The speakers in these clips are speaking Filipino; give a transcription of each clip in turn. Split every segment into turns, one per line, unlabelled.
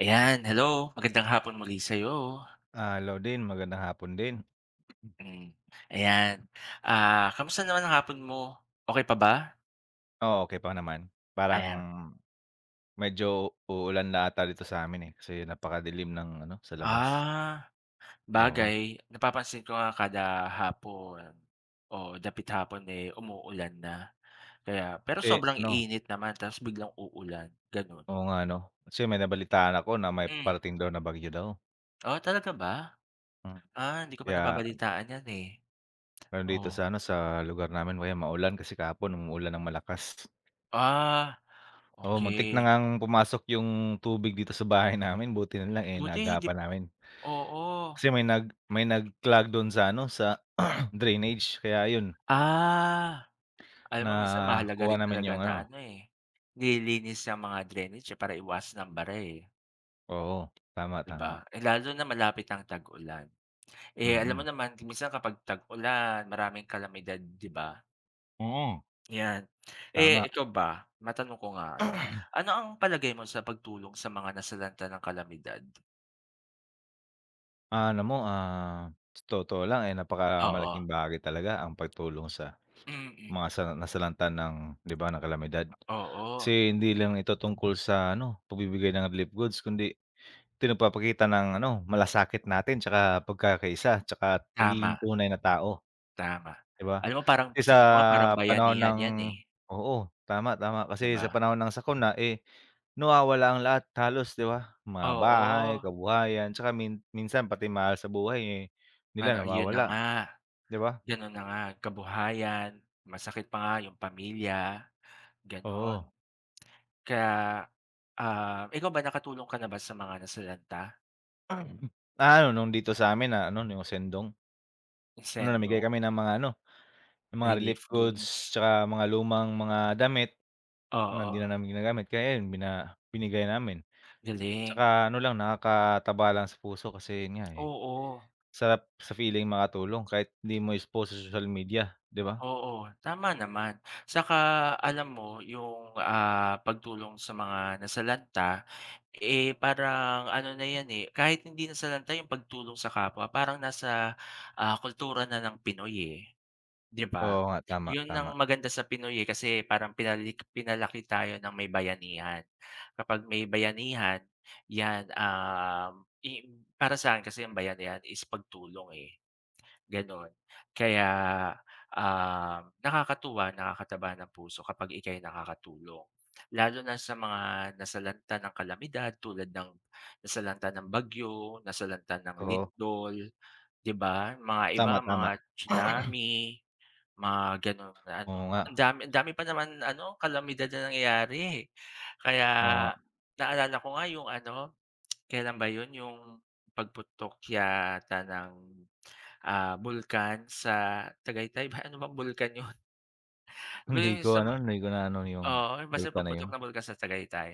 Ayan, hello. Magandang hapon muli sa'yo.
Ah, hello din, magandang hapon din.
Hmm, ayan. Ah, kamusta naman ang hapon mo? Okey pa ba?
Oo, okey pa naman. Parang
Ayan.
medyo uulan na 'ata dito sa'min, eh, kasi napakadilim ng ano, sa labas.
Ah,
Oo,
bagay napapansin ko nga kada hapon o dapit hapon, eh, umuulan na. Kaya pero
kasi
sobrang
ano
init naman tapos biglang uulan, gano'n.
oo nga 'no, kasi may nabalitaan ako na may
Hmm.
parating daw na bagyo daw.
Oh, talaga ba?
Hmm,
Ah, hindi ko pa
kaya
nababalitaan 'yan, eh.
ano dito
Oh.
sa ano, sa lugar namin kaya maulan kasi kahapon umuulan ng malakas.
Ah,
Oo, muntik na
okay.
ngang pumasok yung tubig dito sa bahay namin, buti na lang, eh,
Buti hindi,
naagapan namin.
oo.
Kasi may nag-clog dun sa ano, sa drainage kaya ayun.
Ah. Alam mo minsan mahalaga
Nakuha
rin
naman
talaga
yung
na
ano,
ano, eh, nililinis ang mga drainage, eh, para iwasan ang bara, eh,
oo, tama,
'di ba?
tama,
Eh, lalo na malapit ang tag-ulan. Eh, alam mo
mm,
naman minsan kapag tag-ulan maraming kalamidad, 'di ba?
oo,
'Yan. Eh,
tama.
ikaw ba, matanong ko nga ano, ano ang palagay mo sa pagtulong sa mga nasalanta ng kalamidad?
Ah, alam mo, ah, sa totoo lang, eh,
Oo,
napakamalaking bagay talaga ang pagtulong sa
mm.
mga sa nasalanta ng, 'di ba, ng kalamidad.
Oo,
Kasi hindi lang ito tungkol sa ano, pagbibigay ng relief goods kundi ito nagpapakita ng ano, malasakit natin tsaka pagkakaisa tsaka
tama,
pagiging tunay na tao,
tama.
'di ba?
Alam mo parang
Kasi sa
tingin ko nga parang
panahon
bayanihan
ng
'yan, eh,
oo, tama, tama,
'di
kasi
ba?
sa panahon ng sakuna, eh, nawawala ang lahat halos, 'di ba? Mga bahay,
Oo,
kabuhayan, tsaka min minsan pati mahal sa buhay, eh,
para
nila
ayun na
nawawala,
nga.
'di ba?
Gano'n na nga, kabuhayan, masakit pa nga yung pamilya, gano'n.
Oo.
Kaya, ikaw ba nakatulong ka na ba sa mga nasalanta,
Ah, ano, nung dito sa amin na ano, yung sendong, ano, namigay
sendong,
kami ng mga ano, ng mga relief
relief
goods
goods?
tsaka mga lumang mga damit na hindi
Oo,
na namin ginagamit kaya yun bina binigay namin.
galing.
Tsaka ano lang, nakakataba lang sa puso kasi yun nga, eh,
Oo,
sarap sa feeling makatulong kahit hindi mo expose sa social media, 'di ba?
oo, tama naman. Saka alam mo yung, pagtulong sa mga nasalanta, eh, parang ano na 'yan, eh, kahit hindi nasalanta yung pagtulong sa kapwa parang nasa, kultura na ng Pinoy, eh. 'Di
Oo
ba?
nga, tama,
'Yun
tama.
ang maganda sa Pinoy, eh, kasi parang pinalaki tayo ng may bayanihan. Kapag may bayanihan, 'yan, um, i para sa'kin kasi ang bayanihan is pagtulong, eh, gano'n. Kaya, nakakatuwa, nakakataba ng puso kapag ika'y nakakatulong. Lalo na sa mga nasalanta ng kalamidad tulad ng nasalanta ng bagyo, nasalanta ng
Oo.
lindol, 'di ba? Mga iba,
Tama, tama.
mga tsunami. Mga ganun na ano,
Oo nga,
ang dami pa naman ano, kalamidad na nangyayari, eh. Kaya
oo nga.
naalala ko nga yung ano, kailan ba yun, yung pagputok yata ng, bulkan sa Tagaytay ba, ano bang bulkan yun? Basta
Hindi
yung
ko
sa
ano, hindi ko na ano yung
oo, basta
vulkan na yun.
pagputok ng bulkan sa Tagaytay.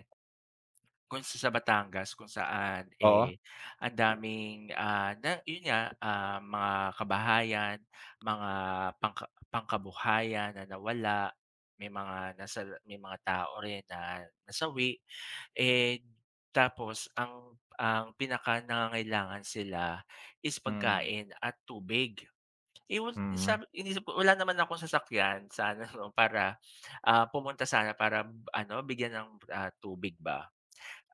Kung sa Batangas kung saan,
Oo,
eh, ang daming, na yun nga, mga kabahayan, mga pangka pangkabuhayan na nawala, may mga tao rin na nasawi, eh, tapos ang pinakanangangailangan sila is
mm,
pagkain at tubig. Ewan
mm,
sabi iniisip ko wala naman akong sasakyan sana 'no para, pumunta sana para ano bigyan ng, tubig ba.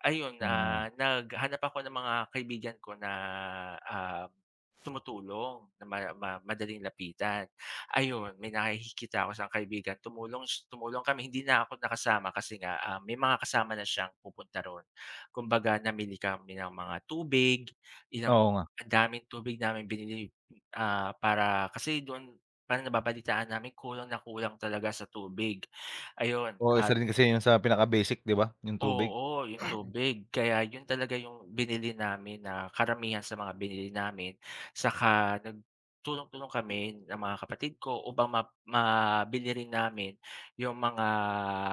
Ayun,
mm.
naghanap ako ng mga kaibigan ko na, ah, tumutulong na ma ma madaling lapitan. Ayun, may nakikita ako siyang kaibigan tumulong kami hindi na ako nakasama kasi nga, may mga kasama na siyang pupunta ro'n. Kumbaga namili kami ng mga tubig,
Oo
ilang
nga.
ang daming tubig namin binili, para kasi doon parang nababalitaan namin kulang na kulang talaga sa tubig. Ayun
Oo, isa
at,
rin kasi yun sa pinaka-basic, 'di ba, yung tubig.
oo, yung tubig. Kaya yun talaga yung binili namin na karamihan sa mga binili namin. Saka nagtulong-tulong kami ng mga kapatid ko upang mabili rin namin yung mga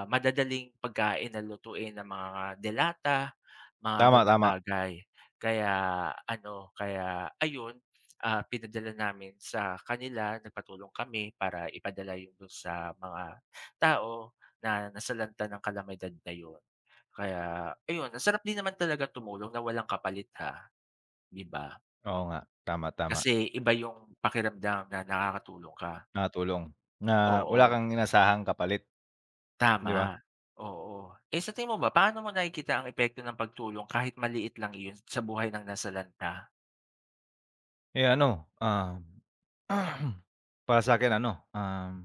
madadaling pagkain na lutuin ng mga delata, mga
Tama,
gano'ng
tama.
bagay. Kaya ano, kaya ayun, pinadala namin sa kanila, nagpatulong kami para ipadala yun dun sa mga tao na nasalanta ng kalamidad na yun. Kaya ayun, ang sarap din naman talaga tumulong na walang kapalit ha, 'di ba?
Oo nga, tama, tama.
Kasi iba yung pakiramdam na nakakatulong ka.
Nakatulong na wala
Oo,
kang inasahang kapalit,
tama,
'di ba?
oo. Eh, sa tingin mo ba paano mo nakikita ang epekto ng pagtulong kahit maliit lang iyon sa buhay ng nasalanta, ka?
Eh, ano, para sa akin ano,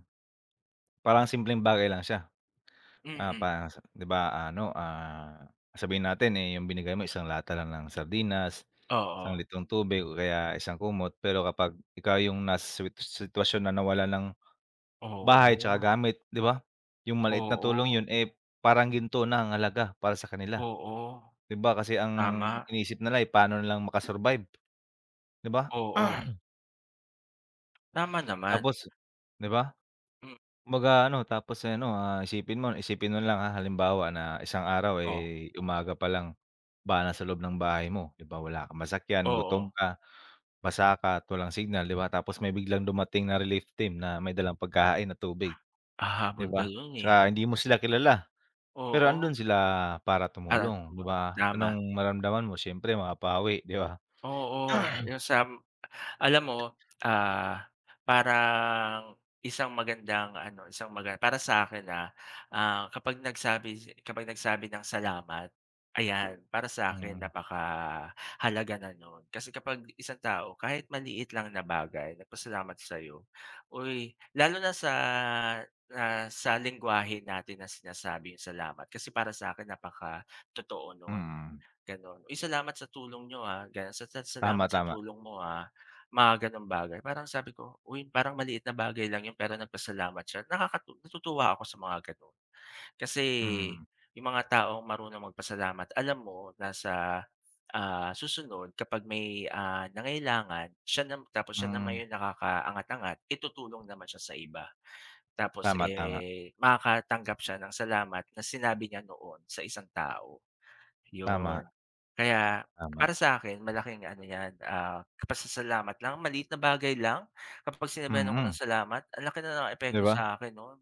parang simpleng bagay lang siya.
Mm,
Ah,
mm.
pa sa 'di ba ano, ah, sabihin natin, eh, yung binigay mo isang lata lang ng sardinas,
Oo,
isang litrong tubig o kaya isang kumot. Pero kapag ikaw yung nasa siwit sitwasyon na nawala ng bahay tsaka
oo,
gamit, 'di ba? Yung maliit na
oo,
tulong yun, eh, parang ginto na ang halaga para sa kanila,
oo,
'di ba? Kasi ang
tama,
iniisip nila, eh, paano na lang maka 'di ba?
oo, tama naman.
Tapos 'di ba?
Mm,
Kumbaga ano, tapos eh, ano, ah, isipin mo lang, ha, halimbawa na isang araw,
oo,
eh, umaga pa lang ba sa loob ng bahay mo, 'di ba, wala kang masakyan,
oo,
gutom ka, basa ka at walang signal, 'di ba? Tapos may biglang dumating na relief team na may dalang pagkain at tubig, 'di
hahabol ka
ba?
dun eh,
Tsaka hindi mo sila kilala, pero
oo,
andun sila para
at
tumulong, 'di
tulong,
ba?
tama.
Anong maramdaman mo siyempre mapapawi, 'di ba?
Oo, yung sa alam mo, ah, parang isang magandang ano, isang maga para sa'kin, kapag nagsabi ng salamat, ayan, para sa'kin
Mm,
napakahalaga na nun. Kasi kapag isang tao kahit maliit lang na bagay nagpasalamat sa'yo, uy, lalo na sa, sa lengguwahe natin na sinasabi yung salamat kasi para sa'kin napakatotoo nun.
mm.
Gano'n. "Uy, salamat sa tulong niyo, ah," gano'n, "sa salamat
Tama,
sa
tama.
tulong mo, ah," mga gano'ng bagay. Parang sabi ko, "Uy, parang maliit na bagay lang 'yun pero nagpasalamat siya." Natutuwa ako sa mga gano'n. Kasi
Mm,
yung mga taong marunong magpasalamat alam mo na sa, susunod kapag may, nangailangan siya tapos siya
mm.
naman yung nakakaangat-angat, itutulong naman siya sa iba. Tapos,
Tama, tama.
eh, makakatanggap siya ng salamat na sinabi niya noon sa isang tao.
Tama,
Yun. Kaya
tama.
para sa akin malaking ano 'yan, pasasalamat lang, maliit na bagay lang. Kapag
Mm,
sinabihan ako ng
mm.
salamat, ang laki na ng
'Di
epekto
ba?
sa'kin no'n.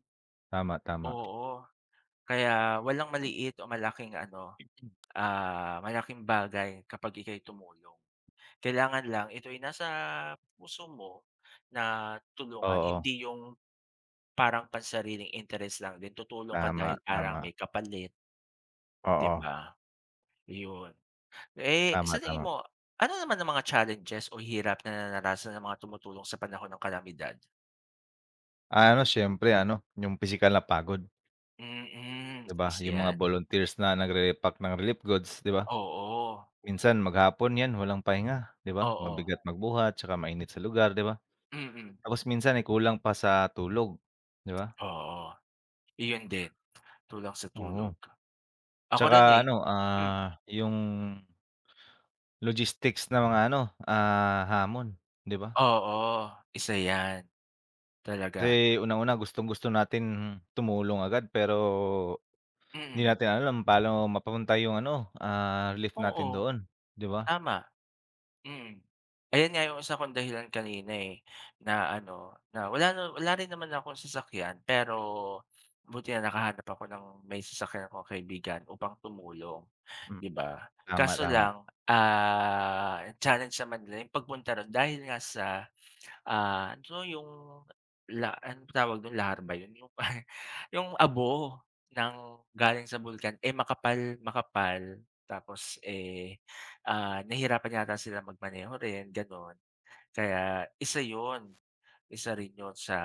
Tama, tama.
Oo, kaya walang maliit o malaking ano, malaking bagay kapag ika'y tumulong. Kailangan lang ito ay nasa puso mo na tulungan,
Oo,
hindi yung parang pansariling interes lang din, tutulong ka
tama,
dahil parang
tama.
may kapalit, 'di
Oo,
ba? Yun. Eh,
tama,
sa tingin
tama.
mo, ano naman ang mga challenges o hirap na naranasan ng mga tumutulong sa panahon ng kalamidad?
Ah, ano siyempre ano, yung pisikal na pagod,
Mm,
'di ba?
isa
Yung mga
yan.
volunteers na nagre-repack ng relief goods, 'di ba?
Oo,
Minsan maghapon 'yan walang pahinga, 'di ba?
oo,
Mabigat magbuhat, tsaka mainit sa lugar, 'di ba?
mm.
Tapos minsan, eh, kulang pa sa tulog, 'di ba?
Oo, iyon din, kulang sa tulog.
Oo.
Ako
Tsaka
rin, eh.
ano,
Hmm,
ah, yung logistics na mga ano, ah, hamon, 'di ba?
oo, isa yan,
Kasi
talaga.
unang-una gustong-gusto natin tumulong agad pero hindi
Mm,
natin alam paano mapapunta yung ano, ah, relief natin
oo,
doon, 'di ba?
tama. Mm. Ayan nga yung isa kong dahilan kanina, eh, na ano, na wala rin naman akong sasakyan pero buti na nakahanap ako ng may sasakyan akong kaibigan upang tumulong,
Hmm,
'di ba?
tama,
Kaso
tama.
lang, challenge naman nila yung pagpunta ro'n dahil nga sa. Yung anong tawag dun, larva yun yung pa yung abo ng galing sa bulkan, eh, makapal makapal tapos, eh, nahihirapan yata sila magmaneho rin gano'n. Kaya isa yun, isa rin yun sa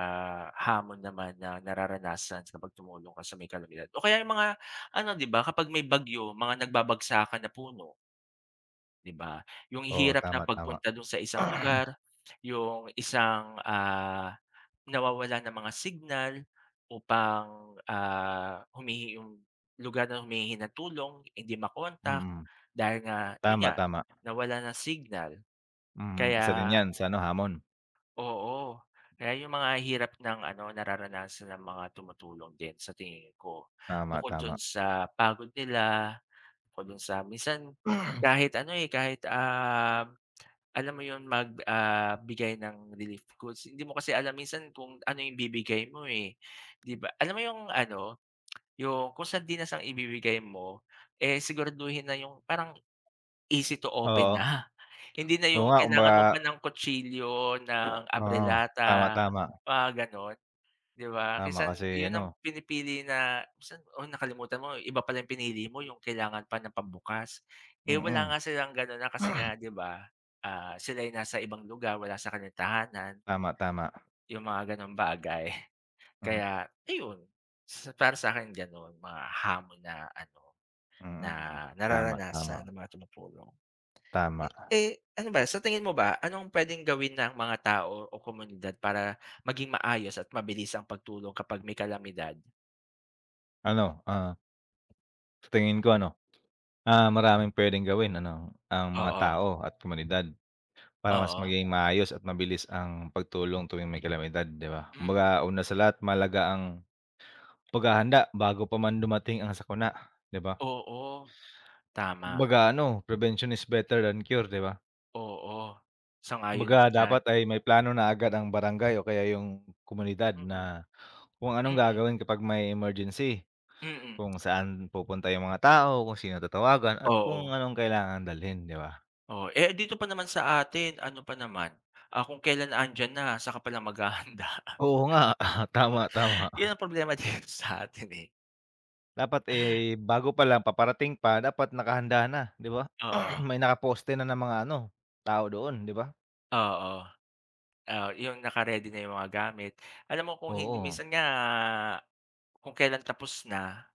hamon naman na nararanasan kapag tumulong ka sa may kalamidad. O kaya yung mga ano, 'di ba, kapag may bagyo mga nagbabagsakan na puno, 'di ba? Yung
Oo,
hirap
tama,
na
tama.
pagpunta dun sa isang lugar, yung isang, nawawalan ng mga signal upang, yung lugar na humihingi ng tulong hindi makontak
Mm,
dahil nga yun
tama,
nga,
tama.
nawalan ng signal.
Mm, isa din
Kaya
'yan sa ano, hamon.
oo, kaya yung mga hirap ng ano, nararanasan ng mga tumutulong din sa tingin ko.
Tama,
Bukod
tama.
dun sa pagod nila, bukod dun sa minsan kahit ano, eh, kahit, alam mo 'yun, mag bigay ng relief goods. Hindi mo kasi alam minsan kung ano yung ibibigay mo, eh, 'di ba? Alam mo yung ano, yung kung sardinas ang ibibigay mo, eh, siguraduhin na yung parang easy to open
Oo.
na. Hindi na
Oo
yung
nga,
kailangan mo
kumbaga
pa ng kutsilyo, ng
oo, tama,
abrelata,
tama.
mga gano'n. 'Di ba?
Tama
Minsan
kasi
'yun
ano
ang pinipili na minsan, oh, nakalimutan mo iba pala yung pinili mo yung kailangan pa ng pambukas. Eh,
mm.
wala nga silang gano'n na kasi nga, 'di ba, sila ay nasa ibang lugar, wala sa kanilang tahanan,
Tama, tama.
yung mga gano'ng bagay.
Hmm,
Kaya ayun, sa para sa'kin gano'n mga hamon na ano, na
mm. Tama, tama,
nararanasan ng mga tumutulong.
tama.
Eh, ano ba sa tingin mo ba anong pwedeng gawin ng mga tao o komunidad para maging maayos at mabilis ang pagtulong kapag may kalamidad?
Ano, ah, sa tingin ko ano, ah, maraming puwedeng gawin ano, ang mga
Oo,
tao at komunidad. Para mas
oo.
maging maayos at mabilis ang pagtulong tuwing may kalamidad, 'di ba?
Mm,
Kumbaga, una sa lahat malaga ang paghahanda bago pa man dumating ang sakuna, 'di ba?
oo, tama,
Kumbaga ano, prevention is better than cure, 'di ba?
oo. Sang-ayon
Kumbaga
ako diyan.
dapat ay may plano na agad ang barangay o kaya yung komunidad na
Mm,
kung anong
mm,
gagawin kapag may emergency,
mm.
kung saan pupunta yung mga tao, kung sino tatawagan at kung
Oo,
anong kailangan dalhin, 'di ba?
oo. Eh, dito pa naman sa atin ano pa naman, kung kailan andiyan na saka pa lang maghahanda.
Oo nga, tama, tama.
'Yun ang problema dito sa atin, eh.
Dapat, eh, bago pa lang, paparating pa, dapat nakahanda na, 'di ba?
Oo,
May nakaposte na ng mga ano, tao doon, 'di ba?
oo. Oo, 'yung naka-ready na 'yung mga gamit. Alam mo kung hindi
Oo,
minsan nga kung kailan tapos na.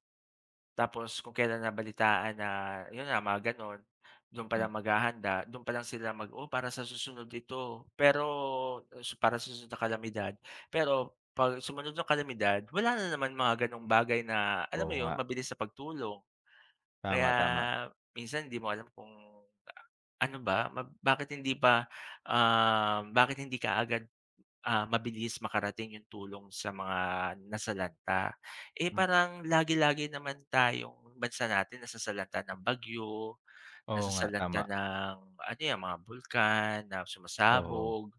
Tapos kung kailan nabalitaan na yun nga mga gano'n, dun
hmm,
palang maghahanda, dun palang sila mag, "Oh, para sa susunod ito." Pero para sa susunod na kalamidad. Pero 'pag sumunod yung kalamidad, wala na naman mga gano'ng bagay na alam
oo
mo
nga,
yun, mabilis na pagtulong. Kaya
tama, tama,
minsan hindi mo alam kung ano ba, bakit hindi pa, bakit hindi kaagad, mabilis makarating yung tulong sa mga nasalanta. Eh,
hmm,
parang lagi-lagi naman tayong bansa natin nasasalanta ng bagyo,
oo nga,
nasasalanta
tama,
ng ano yan, mga bulkan na
oo,
sumasabog,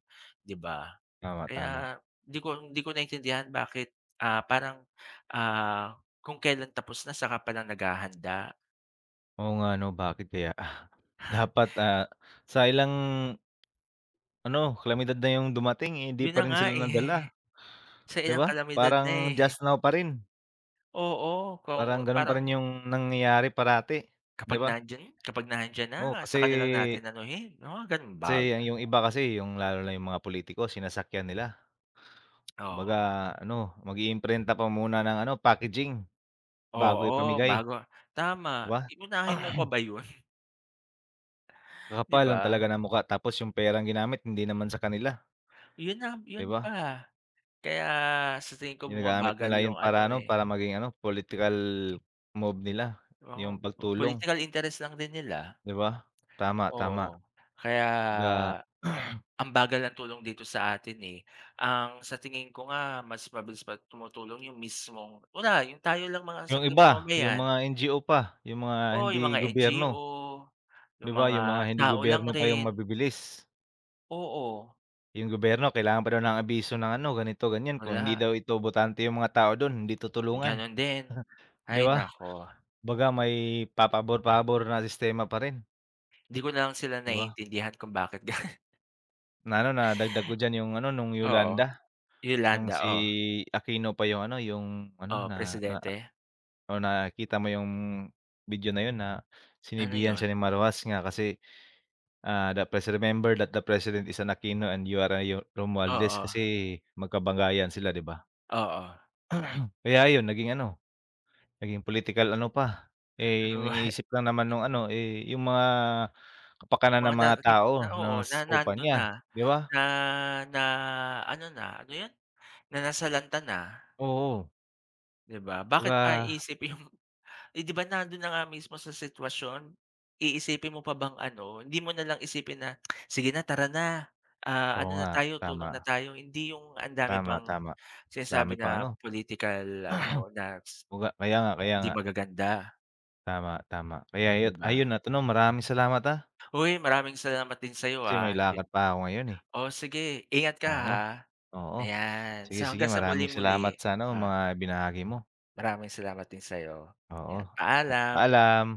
'di ba?
tama, tama.
Kaya di ko naintindihan bakit, parang, ah, kung kailan tapos na saka palang naghahanda.
Oo nga 'no, bakit kaya? Dapat, ah, sa ilang ano, kalamidad na yung dumating, eh, hindi
Yun
pa
na
rin
nga,
sila
eh,
nadala,
sa
'di
ilang
ba?
kalamidad
Parang
na, eh.
just now pa rin,
Oo, kung
parang gano'n pa
parang
rin yung nangyayari parati, 'di ba?
kapag nandiyan na
Oo, kasi
saka na lang natin anuhin, mga gano'ng
kasi ang
bagay.
yung iba kasi yung lalo na yung mga pulitiko sinasakyan nila. Kumbaga
Oo,
ano, mag-iimprenta pa muna ng ano, packaging bago
oo,
ipamigay,
bago
'di
tama.
ba?
Uunahin mo pa ba yun, 'di
Kakapal lang
ba?
talaga ng mukha tapos yung perang ginamit hindi naman sa kanila,
Yun na
'di
yun
ba?
pa. Kaya sa tingin ko
Ginagamit
bumabagal
nila yun
yung ano,
para ano,
eh,
para maging ano, political move nila,
oo,
yung pagtulong,
political interest lang din nila.
'di ba? Tama, tama.
Oo, kaya
Ga
ang bagal ng tulong dito sa atin, eh. Ang sa tingin ko nga mas mabilis pa tumutulong yung mismong wala, yung tayo lang mga
yung
simpleng
iba, yung
mamamayan.
mga NGO pa, yung mga
Oo,
hindi
yung mga
gobyerno,
NGO,
'di
yung
ba?
mga
Yung mga hindi
tao lang
gobyerno pa yung
rin.
mabibilis.
Oo,
Yung gobyerno kailangan pa daw ng abiso ng ano, ganito ganyan kung hindi
wala,
daw ito botante yung mga tao don hindi tutulungan,
gano'n din.
'di
Ay
ba?
nako.
Kumbaga may papabor-pabor na sistema pa rin,
Hindi ko na lang sila
'di ba?
naiintindihan kung bakit gano'n.
Na ano, nadagdag ko diyan yung ano, nung
Oo,
Yolanda, nung
Yolanda,
si
oh.
Aquino pa yung ano
Oo,
na na
presidente.
o nakita mo yung video na yun na
Ano
sinibihan
'yun?
siya ni Marroas nga kasi, ah, "The please remember that the president is an Aquino and you are a Yo Romualdez."
Oo,
Kasi magkabanggayan sila, 'di ba?
oo.
Kaya ayun naging ano naging political ano pa, eh,
Ano
yung
ba?
iniisip lang naman nung ano, eh, yung mga kapakanan
Mga
ng
na
mga tao
na- oo,
na
na
sakupal
nandun na.
niya, 'di ba?
Na na ano na, ano yun? Na nasalanta na,
Oo,
'di ba? Bakit pa
kumbaga
iisip yung eh, 'di ba nandun na nga mismo sa sitwasyon, iisipin mo pa bang ano, hindi mo na lang isipin na, "Sige na, tara na,
oo
ano na
nga,
tayo,
tama,
tulong na tayo." Hindi yung ang dami
tama,
pang
tama, dami
sinasabi
pang
na
ano,
political ano, na
kumbaga kaya
hindi
nga,
magaganda,
tama, tama. Kaya
'di
ayut
ba?
ayun at ano, maraming salamat, ah,
Uy, maraming salamat din sa'yo,
kasi may
naging
lakad pa ako ngayon, eh.
oh, sige, ingat ka,
Oo,
ha.
oo.
Ayan,
Sige,
sa
sige
hanggang sa
maraming salamat
muli-muli.
sa ano,
Ah.
mga binahagi mo.
Maraming salamat din sa'yo.
Oo,
'Yan, paalam.
paalam.